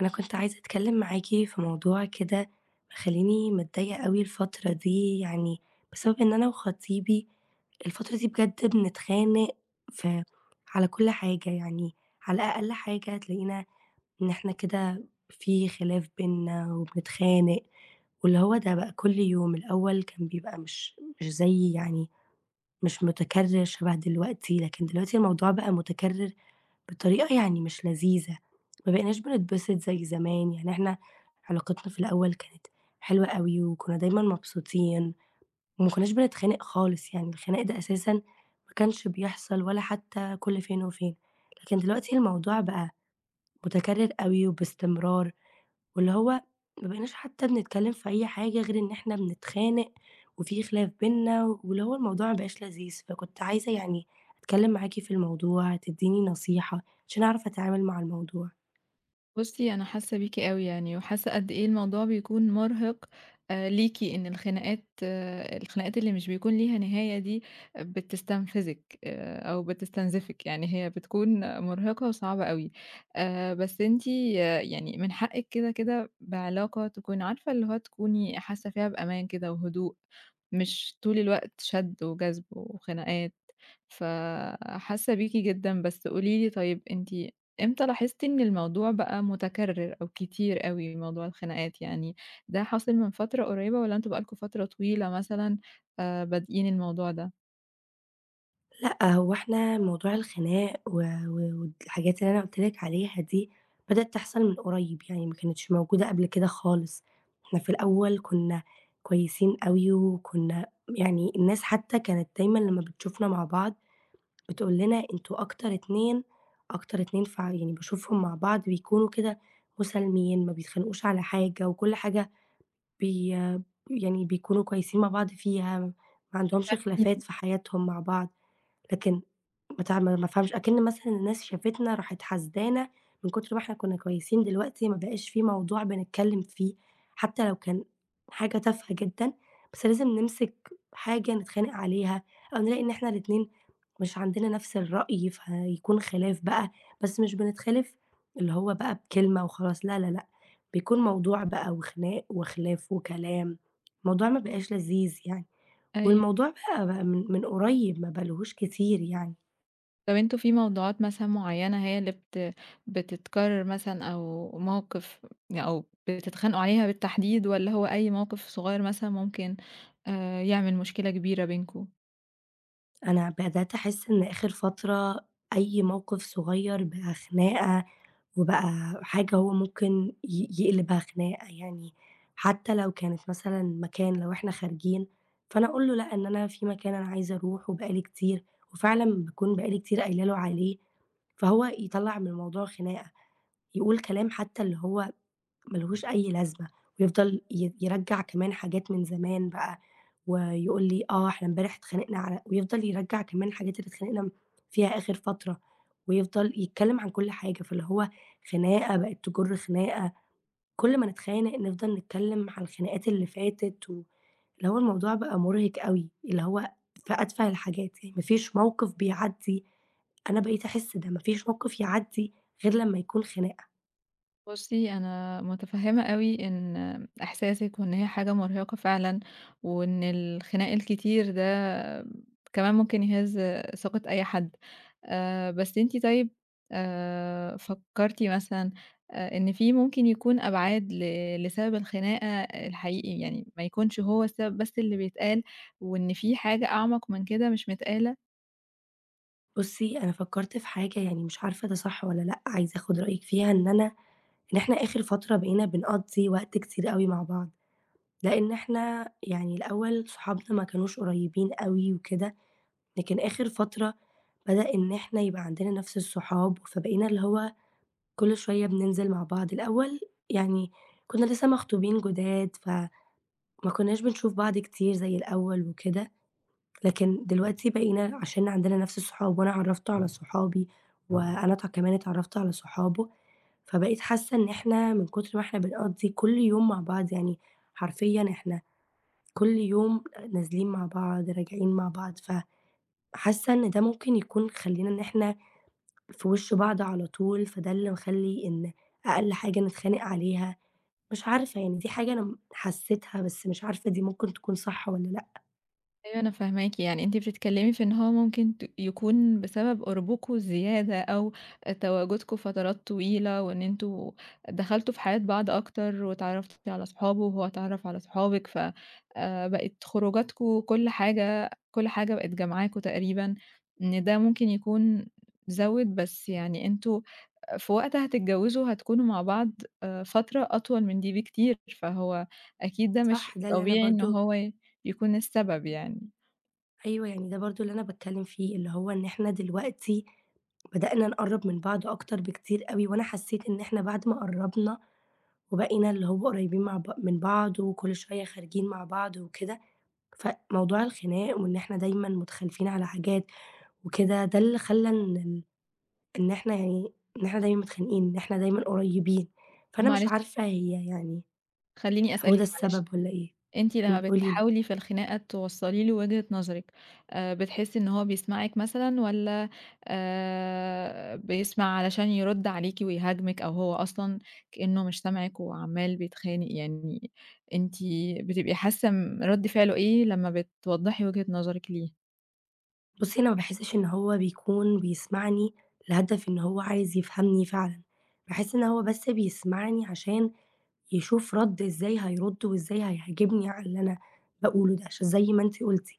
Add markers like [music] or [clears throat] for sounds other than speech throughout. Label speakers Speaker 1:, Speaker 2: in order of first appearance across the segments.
Speaker 1: أنا كنت عايزة أتكلم معاكِ في موضوع كده مخلّيني متضايقة أوي الفترة دي، يعني بسبب إن أنا وخطيبي الفترة دي بجد بنتخانق في على كل حاجة، يعني على أقل حاجة تلاقينا إن إحنا كده في خلاف بيننا وبنتخانق، واللي هو ده بقى كل يوم، الأول كان بيبقى مش زي يعني مش متكرر شبه دلوقتي، لكن دلوقتي الموضوع بقى متكرر بطريقة يعني مش لذيذة، ما بقيناش بنتبسط زي زمان، يعني إحنا علاقتنا في الأول كانت حلوة أوي وكنا دايمًا مبسوطين وما كناش بنتخانق خالص، يعني الخناق ده أساسًا ما كانش بيحصل ولا حتى كل فين وفين، لكن دلوقتي الموضوع بقى متكرر أوي وباستمرار. واللي هو ما بقيناش حتى بنتكلم في أي حاجة غير إن إحنا بنتخانق وفي خلاف بينا، واللي هو الموضوع ما بقاش لذيذ، فكنت عايزة يعني أتكلم معاكِ في الموضوع، تديني نصيحة عشان أعرف أتعامل مع الموضوع.
Speaker 2: بُصّي، أنا حاسة بيكِ أوي يعني، وحاسة قد إيه الموضوع بيكون مرهق ليكِ، إن الخناقات اللي مش بيكون ليها نهاية دي بتستنفذِك أو بتستنزفِك، يعني هي بتكون مرهقة وصعبة أوي. بس أنتِ يعني من حقِك كده، كده بعلاقة تكوني عارفة اللي هو تكوني حاسة فيها بأمان كده وهدوء، مش طول الوقت شد وجذب وخناقات. فحاسة بيكِ جدًا، بس قولي لي طيب أنتِ إمتى لاحظتِ إن الموضوع بقى متكرر أو كتير أوي موضوع الخناقات يعني، ده حاصل من فترة قريبة والّا أنتم بقى لكم فترة طويلة مثلًا بادئين الموضوع ده؟
Speaker 1: لأ، هو إحنا موضوع الخناق و و والحاجات اللي أنا قُلت لِك عليها دي بدأت تحصل من قريب، يعني ما كانتش موجودة قبل كده خالص. إحنا في الأول كنا كويسين أوي، وكنا يعني الناس حتى كانت دايمًا لمّا بتشوفنا مع بعض بتقول لنا أنتم أكتر اتنين ف يعني باشوفهم مع بعض بيكونوا كده مسالمين، ما بيتخانقوش على حاجة، وكل حاجة بي يعني بيكونوا كويسين مع بعض فيها، ما عندهمش خلافات
Speaker 2: متفاهمين.
Speaker 1: في حياتهم مع بعض، لكن بتاع ما فهمش أكِن مثلًا الناس شافتنا راحت حاسدانا من كتر ما إحنا كنا كويسين، دلوقتي ما بقاش في موضوع بنتكلّم فيه، حتى لو كان حاجة تافهة جدًا، بس لازم نمسك حاجة نتخانق عليها أو نلاقي إن إحنا الاتنين مش عندنا نفس الرأي، فيكون خلاف بقى، بس مش بنتخالف اللي هو بقى بكلمة وخلاص، لا، لا، لأ، بيكون موضوع بقى وخناق وخلاف وكلام، الموضوع ما بقاش لذيذ يعني،
Speaker 2: أيوه،
Speaker 1: والموضوع بقى من قريب ما بقالهوش كتير يعني.
Speaker 2: طب أنتم في موضوعات مثلًا معينة هي اللي بتتكرر مثلًا أو موقف يعني، أو بتتخانقوا عليها بالتحديد والّا هو أي موقف صغير مثلًا ممكن يعمل مشكلة كبيرة بينكم؟
Speaker 1: أنا بدأت أحس إن آخر فترة أي موقف صغير بقى خناقة، وبقى حاجة هو ممكن يقلبها خناقة يعني، حتى لو كانت مثلًا مكان لو إحنا خارجين، فأنا أقول له لأ، إن أنا في مكان أنا عايزة أروحه بقى لي كتير، وفعلًا باكون بقى لي كتير قايلة له عليه، فهو يطلّع من الموضوع خناقة، يقول كلام حتى اللي هو ما لهوش أي لازمة، ويفضل يرجّع كمان حاجات من زمان بقى، ويقول لي آه إحنا امبارح اتخانقنا على ويفضل يرجّع كمان الحاجات اللي اتخانقنا فيها آخر فترة، ويفضل يتكلم عن كل حاجة، فاللي هو خناقة بقت تجر خناقة، كل ما نتخانق نفضل نتكلم على الخناقات اللي فاتت، واللي هو الموضوع بقى مرهق أوي، اللي هو في أتفه الحاجات، يعني ما فيش موقف بيعدّي أنا بقيت أحس ده، ما فيش موقف يعدّي غير لمّا يكون خناقة.
Speaker 2: بُصّي، أنا متفهّمة أوي إن إحساسِك وإن هي حاجة مرهقة فعلًا، وإن الخناق الكتير ده كمان ممكن يهِز ثقة أي حد. بس أنتِ طيب فكّرتِ مثلًا إن في ممكن يكون أبعاد لسبب الخناقة الحقيقي، يعني ما يكونش هو السبب بس اللي بيتقال، وإن في حاجة أعمق من كده مش متقالة؟
Speaker 1: بُصّي، أنا فكّرت في حاجة يعني مش عارفة ده صح والّا لأ، عايزة آخُد رأيِك فيها إن أنا إن إحنا آخِر فترة بقينا بنقضّي وقت كتير أوي مع بعض، لإن إحنا يعني الأول صحابنا ما كانوش قريّبين أوي وكده، لكن آخِر فترة بدأ إن إحنا يبقى عندنا نَفْس الصحاب، فبقينا اللي هو كل شوية بننزل مع بعض. الأول يعني كُنّا لسه مخطوبين جداد، فما كُنّاش بنشوف بعض كتير زي الأول وكده. لكن دلوقتي بقينا عشان عندنا نفس الصحاب وأنا اتعرّفت على صحابي، وأنا كمان اتعرّفت على صحابه، فبقيت حاسة إن إحنا من كتر ما إحنا بنقضّي كل يوم مع بعض، يعني حرفيًا إحنا كل يوم نازلين مع بعض، راجعين مع بعض، فحاسة إن ده ممكن يكون خلّينا إن إحنا في وِش بعض على طول، فده اللي مخلّي إن أقل حاجة نتخانق عليها، مش عارفة يعني دي حاجة أنا حسيتها بس مش عارفة دي ممكن تكون صح والّا لأ،
Speaker 2: أيوه أنا فاهماكِ، يعني أنتِ بتتكلّمي في إن هو ممكن يكون بسبب قربكم الزيادة أو تواجدكم فترات طويلة وإن أنتم دخلتوا في حياة بعض أكتر واتعرّفتِ على صحابه وهو اتعرّف على صحابِك، ف بقت خروجاتكم كل حاجة كل حاجة بقت جامعاكم تقريبًا، إن ده ممكن يكون زوِّد، بس يعني أنتم في وقت هتتجوّزوا هتكونوا مع بعض فترة أطول من دي بكتير، فهو أكيد ده مش
Speaker 1: صح ده اللي أنا
Speaker 2: طبيعي إن
Speaker 1: برضه
Speaker 2: هو يكون السبب يعني.
Speaker 1: أيوه، يعني ده برضه اللي أنا باتكلّم فيه، اللي هو إن إحنا دلوقتي بدأنا نقرّب من بعض أكتر بكتير أوي، وأنا حسّيت إن إحنا بعد ما قرّبنا وبقينا اللي هو قريّبين مع ب من بعض وكل شوية خارجين مع بعض وكده، فموضوع الخناق وإن إحنا دايمًا متخالفين على حاجات وكده، ده اللي خلّى إن إن إحنا يعني إن إحنا دايمًا متخانقين، إن إحنا دايمًا قريّبين،
Speaker 2: طب
Speaker 1: فأنا مش
Speaker 2: معلش،
Speaker 1: عارفة هي يعني
Speaker 2: خلّيني
Speaker 1: هو ده
Speaker 2: أسألِك معلش،
Speaker 1: السبب والّا إيه؟
Speaker 2: أنتِ لمّا
Speaker 1: قولي لي.
Speaker 2: بتحاولي في الخناقة توصّلي له وجهة نظرِك، بتحسّي إن هو بيسمعِك مثلًا والّا بيسمع علشان يرُد عليكِ ويهاجمِك أو هو أصلًا كإنه مش سامعِك وعمّال بيتخانق؟ يعني أنتِ بتبقي حاسّة رَد فعله إيه لمّا بتوضّحي وجهة نظرِك ليه؟
Speaker 1: بُصّي، أنا ما باحسّش إن هو بيكون بيسمعني لهدف إن هو عايز يفهمني فعلًا، باحس إن هو بس بيسمعني عشان يشوف رَد إزاي هيرُد وإزاي هيعاجبني على اللي أنا باقوله ده، عشان زي ما أنتِ قُلتِ،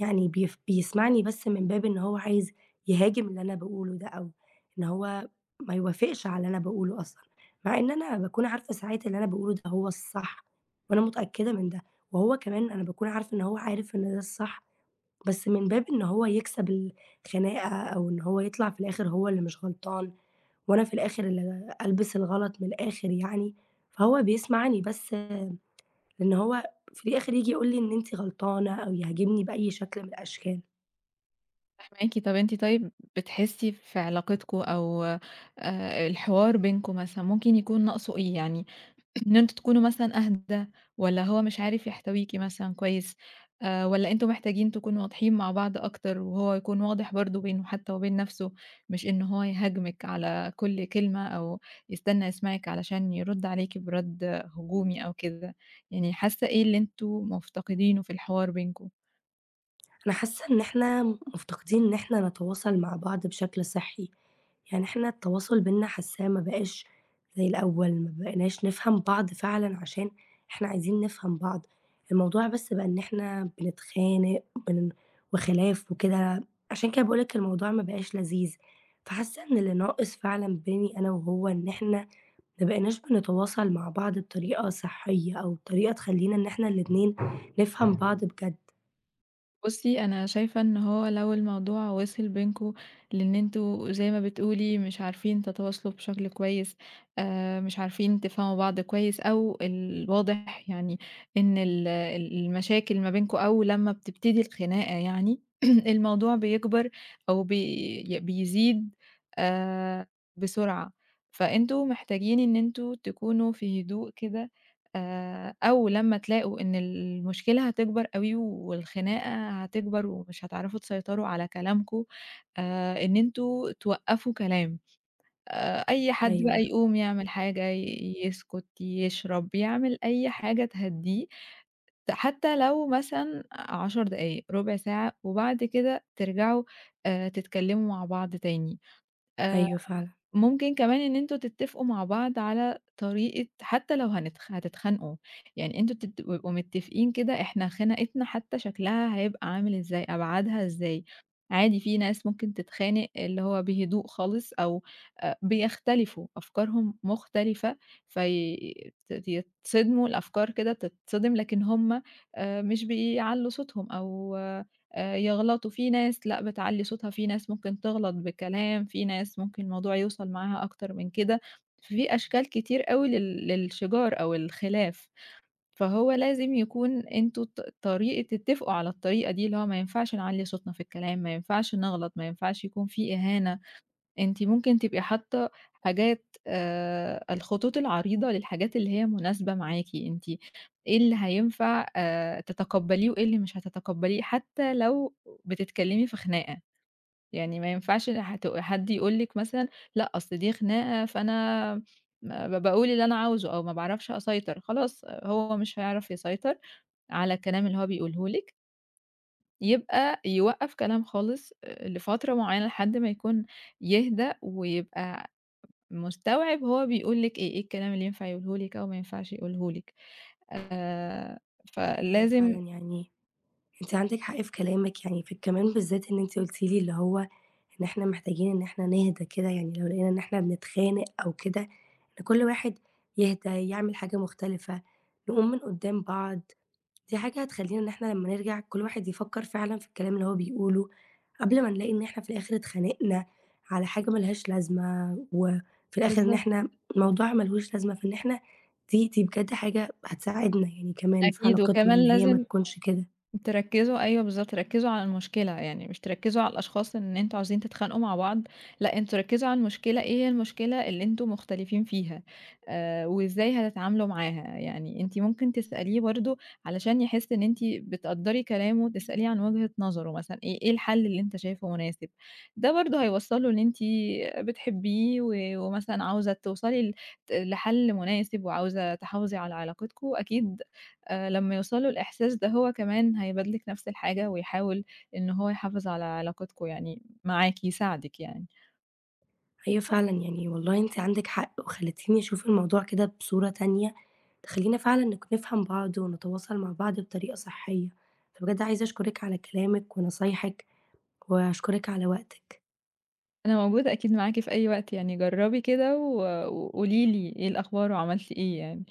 Speaker 1: يعني بيسمعني بس من باب إن هو عايز يهاجم اللي أنا باقوله ده أو إن هو ما يوافقش على اللي أنا باقوله أصلًا، مع إن أنا باكون عارفة ساعات اللي أنا باقوله ده هو الصح وأنا متأكدة من ده، وهو كمان أنا باكون عارفة إن هو عارف إن ده الصح بس من باب إن هو يكسب الخناقة أو إن هو يطلع في الآخر هو اللي مش غلطان وأنا في الآخر اللي ألبس الغلط من الآخر يعني، فهو بيسمعني بس لإن هو في الآخر ييجي يقول لي إن أنتِ غلطانة أو يهاجمني بأي شكل من الأشكال.
Speaker 2: فاهماكِ. طب أنتِ طيب بتحسّي في علاقتكم أو الحوار بينكم مثلًا ممكن يكون ناقصه إيه؟ يعني إن أنتم تكونوا مثلًا أهدى، والّا هو مش عارف يحتويكِ مثلًا كويس، والّا أنتم محتاجين تكونوا واضحين مع بعض أكتر، وهو يكون واضح برضه بينه حتى وبين نفسه، مش إن هو يهاجمِك على كل كلمة، أو يستنى يسمعِك علشان يرد عليكِ برَد هجومي أو كده، يعني حاسة إيه اللي أنتم مفتقدينه في الحوار بينكم؟
Speaker 1: أنا حاسة إن إحنا مفتقدين إن إحنا نتواصل مع بعض بشكل صحي. يعني إحنا التواصل بيننا حاساه ما بقاش زي الأول، ما بقيناش نفهم بعض فعلًا عشان إحنا عايزين نفهم بعض، الموضوع بس بقى إن إحنا بنتخانق بن وخلاف وكده، عشان كده باقول لِك الموضوع ما بقاش لذيذ، فحاسة إن اللي ناقص فعلًا بيني أنا وهو إن إحنا ما بقيناش بنتواصل مع بعض بطريقة صحية أو طريقة تخلّينا إن إحنا الاتنين نفهم بعض بجد.
Speaker 2: بُصّي، أنا شايفة إن هو لو الموضوع وصل بينكم لإن أنتم زي ما بتقولي مش عارفين تتواصلوا بشكل كويس، مش عارفين تفهموا بعض كويس أو الواضح يعني إن ال ال المشاكل ما بينكم أو لمّا بتبتدي الخناقة يعني [clears throat] الموضوع بيكبر أو بيزيد آآ بسرعة، فأنتم محتاجين إن أنتم تكونوا في هدوء كده أو لمّا تلاقوا إن المشكلة هتكبر أوي والخناقة هتكبر ومش هتعرفوا تسيطروا على كلامكم، إن أنتم توقّفوا كلام. أي حد بقى
Speaker 1: أيوه،
Speaker 2: يقوم يعمل حاجة، يسكت، يشرب، يعمل أي حاجة تهدّيه، حتى لو مثلًا 10 دقايق، ربع ساعة، وبعد كده ترجعوا تتكلموا مع بعض تاني. آآ
Speaker 1: أيوه فعلًا،
Speaker 2: ممكن كمان إن أنتم تتفقوا مع بعض على طريقة حتى لو هتتخانقوا، يعني أنتم تبقوا متفقين كده إحنا خناقتنا حتى شكلها هيبقى عامل إزاي، أبعادها إزاي، عادي في ناس ممكن تتخانق اللي هو بهدوء خالص أو بيختلفوا، أفكارهم مختلفة في يتصدموا الأفكار كده بتتصدم لكن هُم مش بيعلّوا صوتهم أو يغلطوا، في ناس لأ بتعلّي صوتها، في ناس ممكن تغلط بكلام، في ناس ممكن الموضوع يوصل معاها أكتر من كده، في أشكال كتير أوي للشِجار أو الخلاف، فهو لازم يكون أنتم طريقة تتفقوا على الطريقة دي، اللي هو ما ينفعش نعلّي صوتنا في الكلام، ما ينفعش نغلط، ما ينفعش يكون في إهانة. أنتِ ممكن تبقي حاطة حاجات الخطوط العريضة للحاجات اللي هي مناسبة معاكِ، أنتِ إيه اللي هينفع تتقبّليه وإيه اللي مش هتتقبّليه، حتى لو بتتكلّمي في خناقة، يعني ما ينفعش حد يقول لِك مثلًا لأ، أصل دي خناقة فأنا ما باقول اللي أنا عاوزه أو ما باعرفش أسيطر، خلاص هو مش هيعرف يسيطر على الكلام اللي هو بيقوله لِك، يبقى يوقّف كلام خالص لفترة معيّنة لحد ما يكون يهدى ويبقى مستوعب هو بيقول لِك إيه، إيه الكلام اللي ينفع يقوله لِك أو ما ينفعش يقوله لِك. آآ،
Speaker 1: أيوه فعلًا
Speaker 2: فلازم
Speaker 1: يعني أنتِ عندِك حق في كلامِك، يعني في كمان بالذات إن أنتِ قُلتِ لي اللي هو إن إحنا محتاجين إن إحنا نهدى كده، يعني لو لقينا إن إحنا بنتخانق أو كده، إن كل واحد يهدى، يعمل حاجة مختلفة، نقوم من قدّام بعض، دي حاجة هتخلّينا إن إحنا لمّا نرجع كل واحد يفكّر فعلًا في الكلام اللي هو بيقوله، قبل ما نلاقي إن إحنا في الآخر اتخانقنا على حاجة ما لهاش لازمة، وفي الآخر إن
Speaker 2: بالضبط،
Speaker 1: إحنا الموضوع ما لهوش لازمة، فإن إحنا دي بجد حاجة هتساعدنا يعني كمان في
Speaker 2: أكيد،
Speaker 1: علاقتنا إن
Speaker 2: وكمان
Speaker 1: هي ما
Speaker 2: لازم
Speaker 1: تكونش كده.
Speaker 2: تركّزوا أيوه بالضبط، ركّزوا على المشكلة، يعني مش تركّزوا على الأشخاص إن أنتم عاوزين تتخانقوا مع بعض، لأ أنتم ركّزوا على المشكلة، إيه هي المشكلة اللي أنتم مختلفين فيها، وإزاي هتتعاملوا معاها، يعني أنتِ ممكن تسأليه برضه علشان يحس إن أنتِ بتقدّري كلامه، تسأليه عن وجهة نظره مثلًا، إيه الحل اللي أنت شايفه مناسب، ده برضه هيوصّل له إن أنتِ بتحبيه ومثلًا عاوزة توصلي ل ت لحل مناسب وعاوزة تحافظي على علاقتكم، أكيد لمّا يوصل له الإحساس ده هو كمان هيبادلِك نفس الحاجة ويحاول إن هو يحافظ على علاقتكم يعني معاكِ، يساعدِك يعني.
Speaker 1: أيوه فعلًا، يعني والله أنتِ عندِك حق، وخلّيتيني أشوف الموضوع كده بصورة تانية، تخلّينا فعلًا نفهم بعض ونتواصل مع بعض بطريقة صحية، فبجد عايزة أشكرِك على كلامِك ونصايحِك، وأشكرِك على وقتِك.
Speaker 2: أنا موجودة أكيد معاكِ في أي وقت يعني جرّبي كده وقولي لي إيه الأخبار وعملتِ إيه يعني.